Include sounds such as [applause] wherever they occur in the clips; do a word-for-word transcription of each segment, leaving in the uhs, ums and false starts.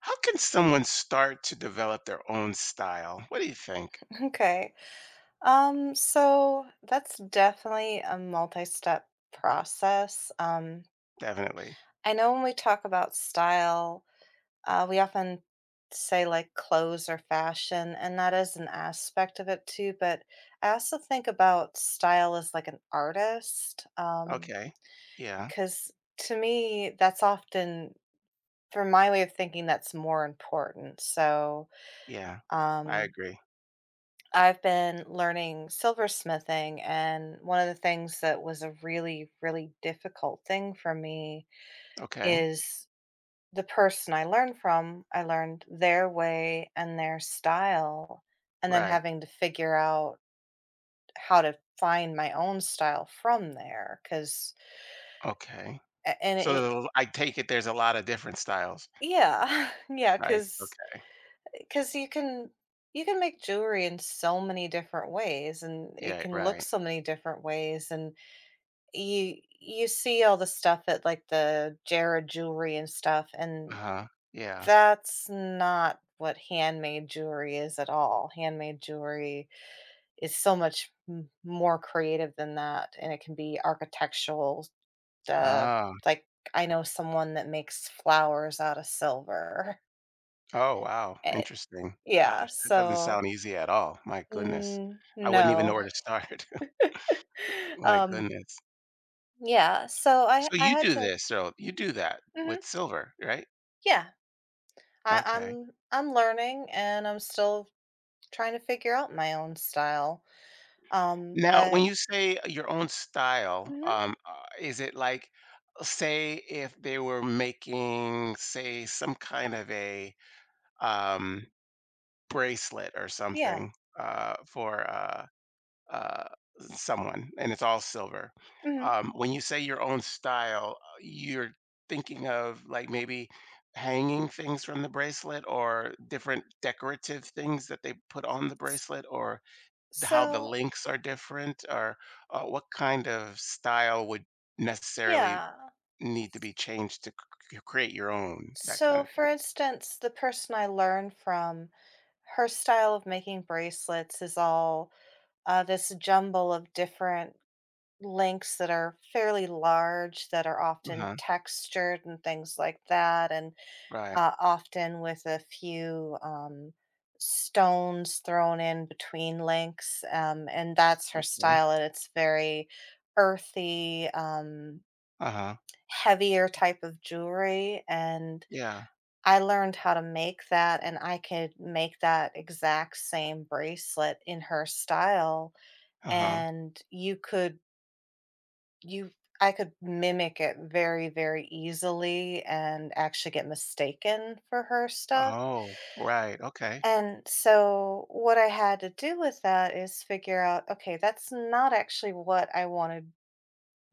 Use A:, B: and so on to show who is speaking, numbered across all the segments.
A: How can someone start to develop their own style? What do you think?
B: Okay. Um, so that's definitely a multi-step process. Um,
A: Definitely.
B: I know when we talk about style, uh, we often say like clothes or fashion, and that is an aspect of it too, but I also think about style as like an artist, um,
A: Okay. Yeah.
B: because to me, that's often, for my way of thinking, that's more important. So,
A: Yeah. I
B: um,
A: agree.
B: I've been learning silversmithing, and one of the things that was a really, really difficult thing for me
A: Okay.
B: is the person I learned from. I learned their way and their style, and then
A: Right.
B: having to figure out how to find my own style from there. Because,
A: Okay.
B: and
A: So
B: it,
A: there's a- I take it there's a lot of different styles.
B: yeah, [laughs] yeah,
A: Right.
B: because
A: Okay.
B: because you can you can make jewelry in so many different ways, and it
A: Yeah.
B: can look
A: Right.
B: so many different ways, and You you see all the stuff at, like, the Jared Jewelry and stuff,
A: Uh
B: and
A: huh. Yeah.
B: that's not what handmade jewelry is at all. Handmade jewelry is so much m more creative than that, and it can be architectural, uh,
A: Ah.
B: like, I know someone that makes flowers out of silver. [laughs]
A: Oh, wow.
B: Eh
A: Interesting.
B: yeah,
A: Gosh, that doesn't
B: so
A: sound easy at all. My goodness.
B: mm,
A: I wouldn't even know where
B: no.
A: to
B: [laughs]
A: start. [laughs] My
B: Um,
A: goodness.
B: yeah, so I
A: So
B: I
A: you
B: had
A: do
B: to
A: this. So you do that
B: mhm,
A: with silver, right?
B: yeah. I,
A: Okay.
B: I'm I'm learning and I'm still trying to figure out my own style. Um,
A: Now, when
B: but
A: you say your own style,
B: mhm,
A: um, uh, is it like, say, if they were making, say, some kind of a um, bracelet or
B: yeah.
A: something uh, for uh, uh, someone, and it's all silver.
B: hmm
A: Um, when you say your own style, uh, you're thinking of like maybe hanging things from the bracelet or different decorative things that they put on the bracelet, or how the
B: So,
A: links are different, or uh, what kind of style would necessarily
B: yeah.
A: need to be changed to c- c- create your own, that kind
B: So
A: of thing.
B: for instance, the person I learned from, her style of making bracelets is all uh, this jumble of different links that are fairly large that are often
A: Uh-huh.
B: textured and things like that and
A: Right.
B: uh, often with a few um, stones thrown in between links. Um, and that's her
A: Right.
B: style. And it's very earthy, um,
A: Uh-huh.
B: heavier type of jewelry. And
A: Yeah.
B: I learned how to make that, and I could make that exact same bracelet in her style.
A: Uh-huh.
B: And you could, you, I could mimic it very, very easily and actually get mistaken for her stuff.
A: Oh, right. Okay.
B: And so what I had to do with that is figure out, okay, that's not actually what I want to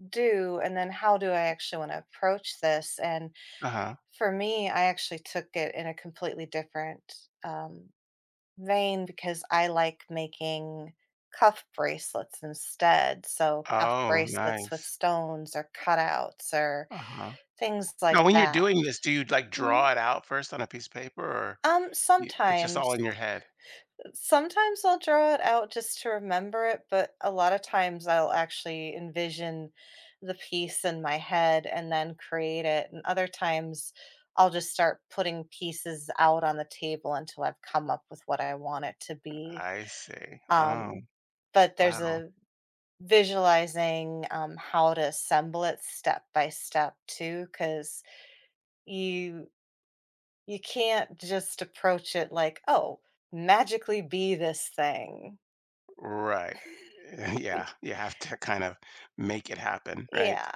B: do. And then how do I actually want to approach this? And
A: Uh-huh.
B: for me, I actually took it in a completely different um, vein because I like making cuff bracelets instead. So cuff
A: Oh,
B: bracelets with
A: nice.
B: stones or cutouts or
A: Uh-huh.
B: things like
A: Now, when you're
B: that.
A: doing this, do you like
B: Mm,
A: draw it out first on a piece of paper or
B: Um,
A: you, it's just all
B: sometimes
A: in your head?
B: Sometimes I'll draw it out just to remember it, but a lot of times I'll actually envision the piece in my head and then create it. And other times I'll just start putting pieces out on the table until I've come up with what I want it to be.
A: I see. Oh,
B: Um, but there's
A: wow.
B: a visualizing um, how to assemble it step by step too, because you you can't just approach it like, oh, magically be this thing.
A: Right. [laughs] Yeah, you have to kind of make it happen, right?
B: Yeah.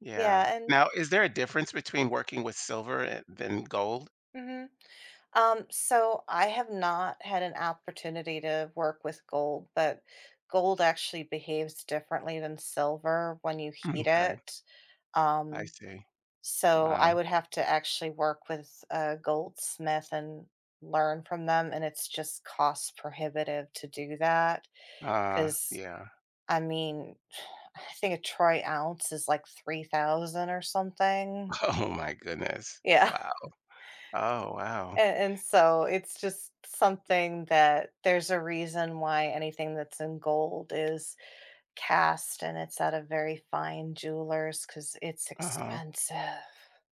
A: Yeah.
B: Yeah, and
A: Now, is there a difference between working with silver a than gold?
B: mhm. Um, so I have not had an opportunity to work with gold, but gold actually behaves differently than silver when you heat
A: Okay,
B: it.
A: I
B: Um,
A: see.
B: so
A: Wow.
B: I would have to actually work with a goldsmith and learn from them, and it's just cost prohibitive to do that because
A: Uh, yeah.
B: I mean, [sighs] I think a troy ounce is like three thousand or something.
A: [laughs] Oh my goodness.
B: Yeah.
A: Wow. Oh, wow.
B: And, and so it's just something that there's a reason why anything that's in gold is cast and it's at a very fine jeweler's because it's
A: Uh-huh.
B: expensive.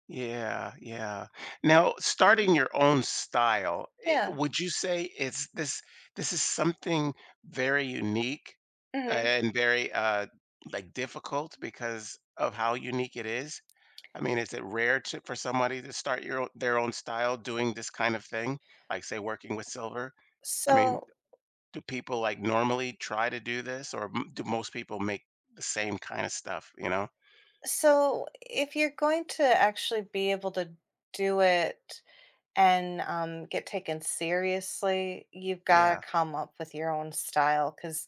A: Yeah, yeah. Now,
B: Mhm.
A: starting your own style, I
B: Yeah.
A: would you say it's this this is something very unique
B: hmm
A: and very, uh, like, difficult because of how unique it is? I mean, is it rare to for somebody to start your own their own style doing this kind of thing? Like, say, working with silver? I mean,
B: So,
A: do people, like, normally try to do this, or m do most people make the same kind of stuff, you know?
B: so if you're going to actually be able to do it and um, get taken seriously, you've got
A: Yeah,
B: to come up with your own style because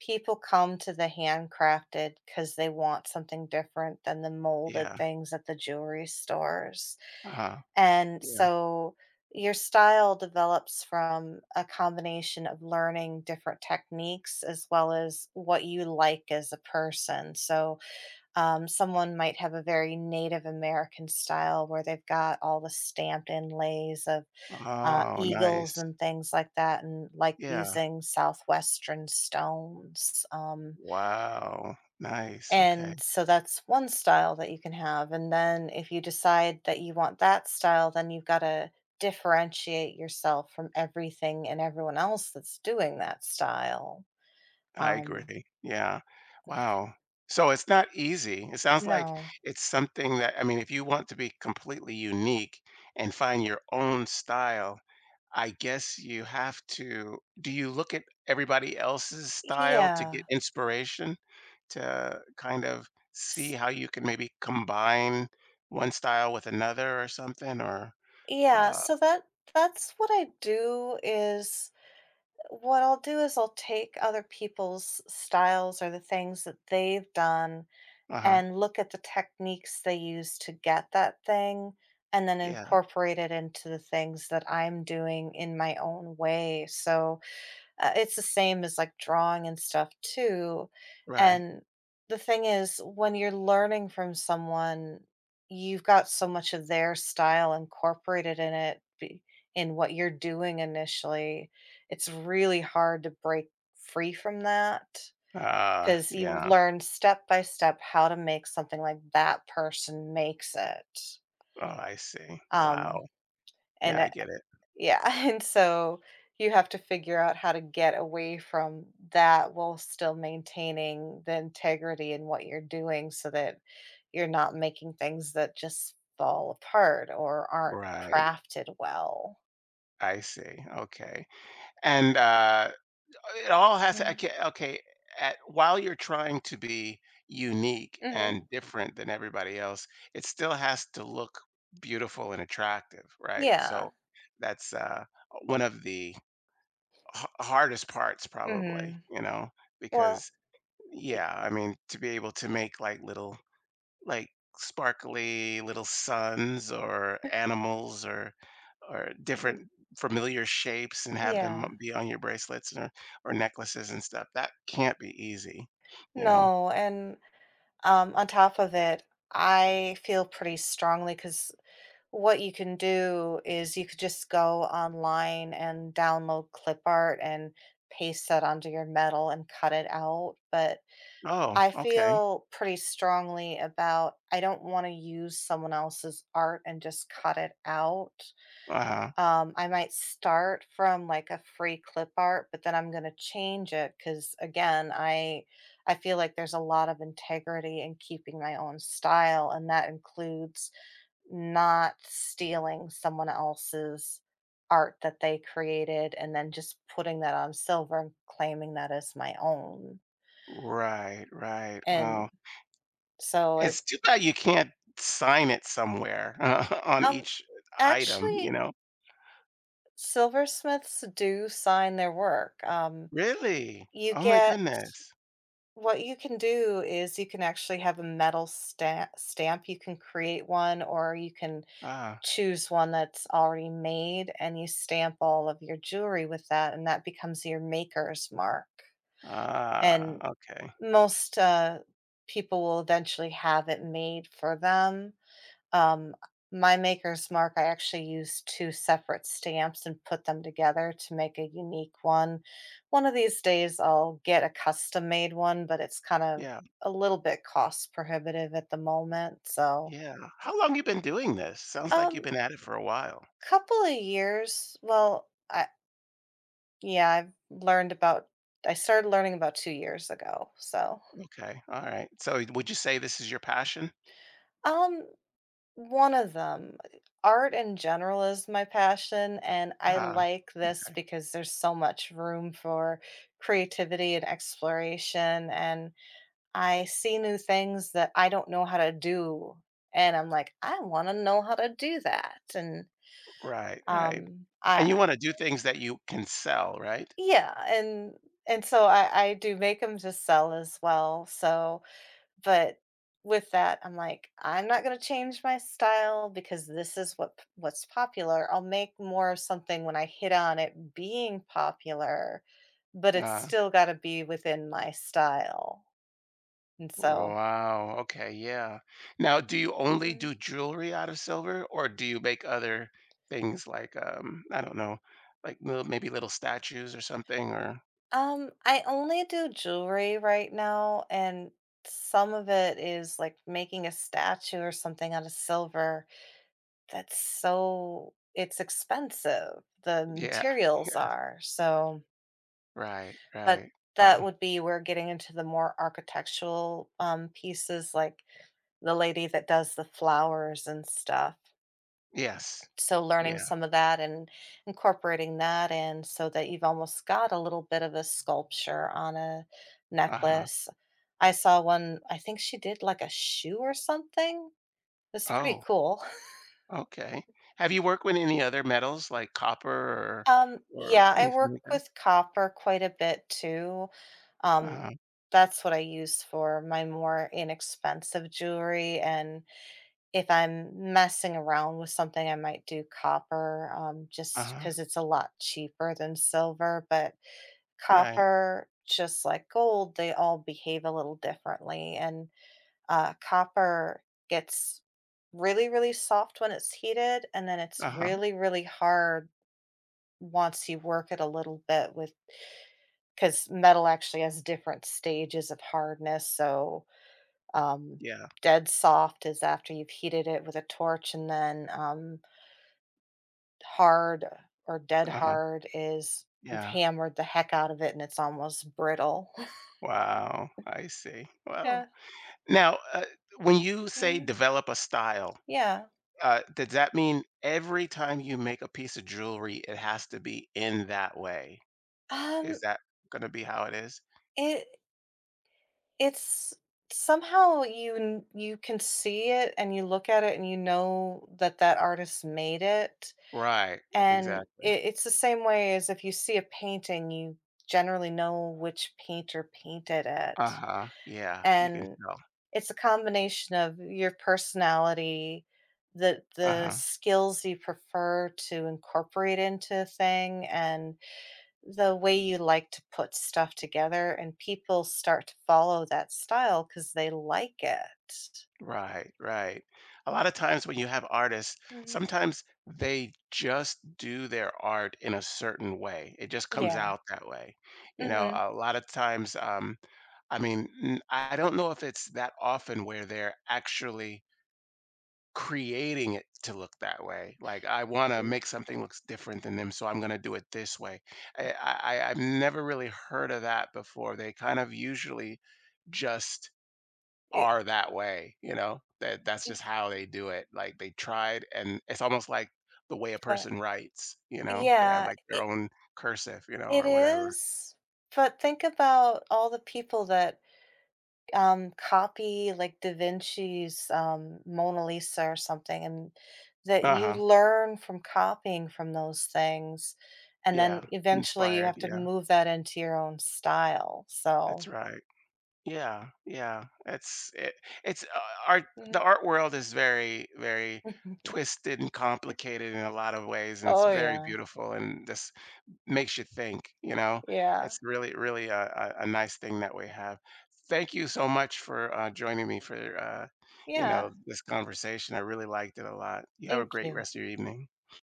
B: people come to the handcrafted because they want something different than the molded
A: yeah,
B: things at the jewelry stores.
A: uh-huh,
B: And
A: yeah.
B: so your style develops from a combination of learning different techniques as well as what you like as a person. So, um, someone might have a very Native American style where they've got all the stamped inlays of uh,
A: Oh,
B: eagles
A: nice.
B: and things like that, and like
A: Yeah.
B: using southwestern stones. Um,
A: Wow, nice, okay.
B: and so that's one style that you can have. And then if you decide that you want that style, then you've got to differentiate yourself from everything and everyone else that's doing that style.
A: I
B: Um,
A: agree, yeah. Wow. So it's not easy. It sounds like
B: no,
A: it's something that I mean, if you want to be completely unique and find your own style I guess you have to do you look at everybody else's style to get
B: yeah,
A: inspiration to kind of see
B: S-
A: how you can maybe combine one style with another or something or
B: yeah.
A: uh
B: So that that's what I do is What I'll do is I'll take other people's styles or the things that they've done
A: uh-huh.
B: and look at the techniques they use to get that thing and then
A: Yeah,
B: incorporate it into the things that I'm doing in my own way. So, uh, it's the same as like drawing and stuff too.
A: right.
B: And the thing is, when you're learning from someone, you've got so much of their style incorporated in it, be- in what you're doing initially. It's really hard to break free from that
A: Uh
B: because you've
A: yeah.
B: learned step by step how to make something like that person makes it.
A: Oh, I see. Wow.
B: Um,
A: Yeah, I
B: and
A: get it.
B: Yeah, [laughs] and so you have to figure out how to get away from that while still maintaining the integrity in what you're doing so that you're not making things that just fall apart or aren't
A: Right.
B: crafted well.
A: I see. Okay. And uh It all has to
B: Mhm.
A: okay okay, at while you're trying to be unique
B: Mhm.
A: and different than everybody else, it still has to look beautiful and attractive, right?
B: Yeah.
A: So, that's, uh, one of the ha hardest parts probably,
B: Mhm.
A: you know,
B: Well,
A: because
B: y
A: yeah, I mean, to be able to make, like, little like sparkly little suns or animals or or
B: y
A: different familiar shapes and have
B: yeah.
A: them be on your bracelets or, or necklaces and stuff. That can't be easy, you know.
B: No, and, um, on top of it, I feel pretty strongly because. What you can do is you could just go online and download clip art and paste that onto your metal and cut it out, but
A: Oh,
B: I
A: okay.
B: feel pretty strongly about I don't wanna use someone else's art and just cut it out.
A: Uh-huh.
B: Um, I might start from, like, a free clip art, but then I'm gonna change it because again, I I feel like there's a lot of integrity in keeping my own style, and that includes not stealing someone else's art that they created and then just putting that on silver and claiming that as my own.
A: Right, right. Wow.
B: And so it
A: It's too bad you can't sign it somewhere [laughs] uh, on
B: um
A: each item, you
B: Actually
A: know.
B: silversmiths do sign their work. Um
A: Really?
B: you
A: Oh my
B: get
A: goodness.
B: What you can do is you can actually have a metal stamp stamp You can create one or you can
A: Ah,
B: choose one that's already made and you stamp all of your jewelry with that and that becomes your maker's mark.
A: ah,
B: And
A: okay.
B: most uh, people will eventually have it made for them. Um, my maker's mark, I actually use two separate stamps and put them together to make a unique one. One of these days, I'll get a custom made one, but it's kind of
A: Yeah.
B: a little bit cost prohibitive at the moment. So,
A: Yeah. How long you been doing this? Sounds like you've
B: um,
A: been at it for a while.
B: couple of years. Well, I Yeah, I've learned about. I started learning about two years ago. So,
A: Okay. All right. So would you say this is your passion?
B: um, One of them. Art in general is my passion, and I
A: Ah,
B: like this
A: okay.
B: because there's so much room for creativity and exploration, and I see new things that I don't know how to do, and I'm like, "I wanna know how to do that," and,
A: Right, right.
B: um, I
A: And you want to do things that you can sell, right?
B: Yeah, and and so I I do make them to sell as well, so But with that, I'm like, "I'm not gonna change my style because this is what p what's popular. I'll make more of something when I hit on it being popular, but it's
A: Uh,
B: still gotta be within my style." And so
A: wow. Okay. Yeah. Now, do you only
B: Mm.
A: do jewelry out of silver or do you make other things like, um, I don't know, like little, maybe little statues or something or,
B: Um, I only do jewelry right now, and some of it is, like, making a statue or something out of silver. That's so it's expensive, the
A: yeah. [laughs]
B: materials
A: Yeah.
B: are, so
A: Right,
B: But
A: right. Wow.
B: that would be we're getting into the more architectural, um, pieces, like the lady that does the flowers and stuff.
A: Yes.
B: So learning
A: Yeah.
B: some of that and incorporating that in so that you've almost got a little bit of a sculpture on a
A: Uh-huh.
B: necklace. I saw one. I think she did like a shoe or something. It's pretty
A: Oh.
B: cool.
A: Okay. Have you worked with any other metals like copper or
B: Um,
A: or
B: yeah, I
A: anything
B: work
A: like that?
B: with copper quite a bit too. Um,
A: Uh-huh.
B: that's what I use for my more inexpensive jewelry. And if I'm messing around with something, I might do copper, um, just
A: Uh-huh.
B: because it's a lot cheaper than silver. But
A: Right.
B: copper, just like gold, they all behave a little differently. And uh, copper gets really, really soft when it's heated, and then it's
A: Uh-huh.
B: really, really hard once you work it a little bit with, because metal actually has different stages of hardness, so, um,
A: Yeah.
B: dead soft is after you've heated it with a torch, and then, um, hard or dead
A: Uh-huh.
B: hard is you've
A: Yeah.
B: hammered the heck out of it and it's almost brittle. [laughs]
A: Wow. I see. Well,
B: Yeah,
A: now, uh, when you say
B: mhm,
A: develop a style,
B: yeah.
A: uh, does that mean every time you make a piece of jewelry, it has to be in that way? Is
B: Um,
A: that gonna be how it is?
B: it it's somehow you n you can see it and you look at it and you know that that artist made it.
A: Right.
B: And
A: Exactly.
B: it, it's the same way as if you see a painting, you generally know which painter painted it.
A: Uh-huh. Yeah. You can
B: And
A: tell.
B: it's a combination of your personality, the the
A: Uh-huh.
B: skills you prefer to incorporate into a thing, and the way you like to put stuff together. And people start to follow that style because they like it.
A: Right, right. A lot of times when you have artists,
B: Mhm.
A: sometimes they just do their art in a certain way. It just comes
B: Yeah.
A: out that way. You know,
B: hmm
A: a lot of times, um, I mean, n- I don't know if it's that often where they're actually creating it to look that way. Like, I want to make something looks different than them, so I'm going to do it this way. I, I, I- I've never really heard of that before. They kind of usually just
B: It,
A: are that way, you know? That that's just how they do it. Like they tried and it's almost like the way a
B: but
A: person writes, you know? They have
B: Yeah,
A: like their own cursive, you know,
B: it
A: or whatever.
B: is, but think about all the people that, um, copy, like, Da Vinci's, um, Mona Lisa or something, and that you
A: Uh-huh.
B: learn from copying from those things, and
A: Yeah.
B: then eventually you have
A: Inspired,
B: to
A: yeah.
B: move that into your own style,
A: That's
B: so
A: right. Yeah, yeah. It's it, it's uh, art the
B: Mhm.
A: art world is very very
B: [laughs]
A: twisted and complicated in a lot of ways and it's
B: Oh,
A: very
B: yeah.
A: beautiful and this makes you think, you know?
B: Yeah.
A: It's really, really a a a nice thing that we have. Thank you so much for, uh, joining me for, uh, you
B: Yeah.
A: know, this conversation. I really liked it a lot. You have a
B: Thank
A: great
B: you.
A: rest of your evening.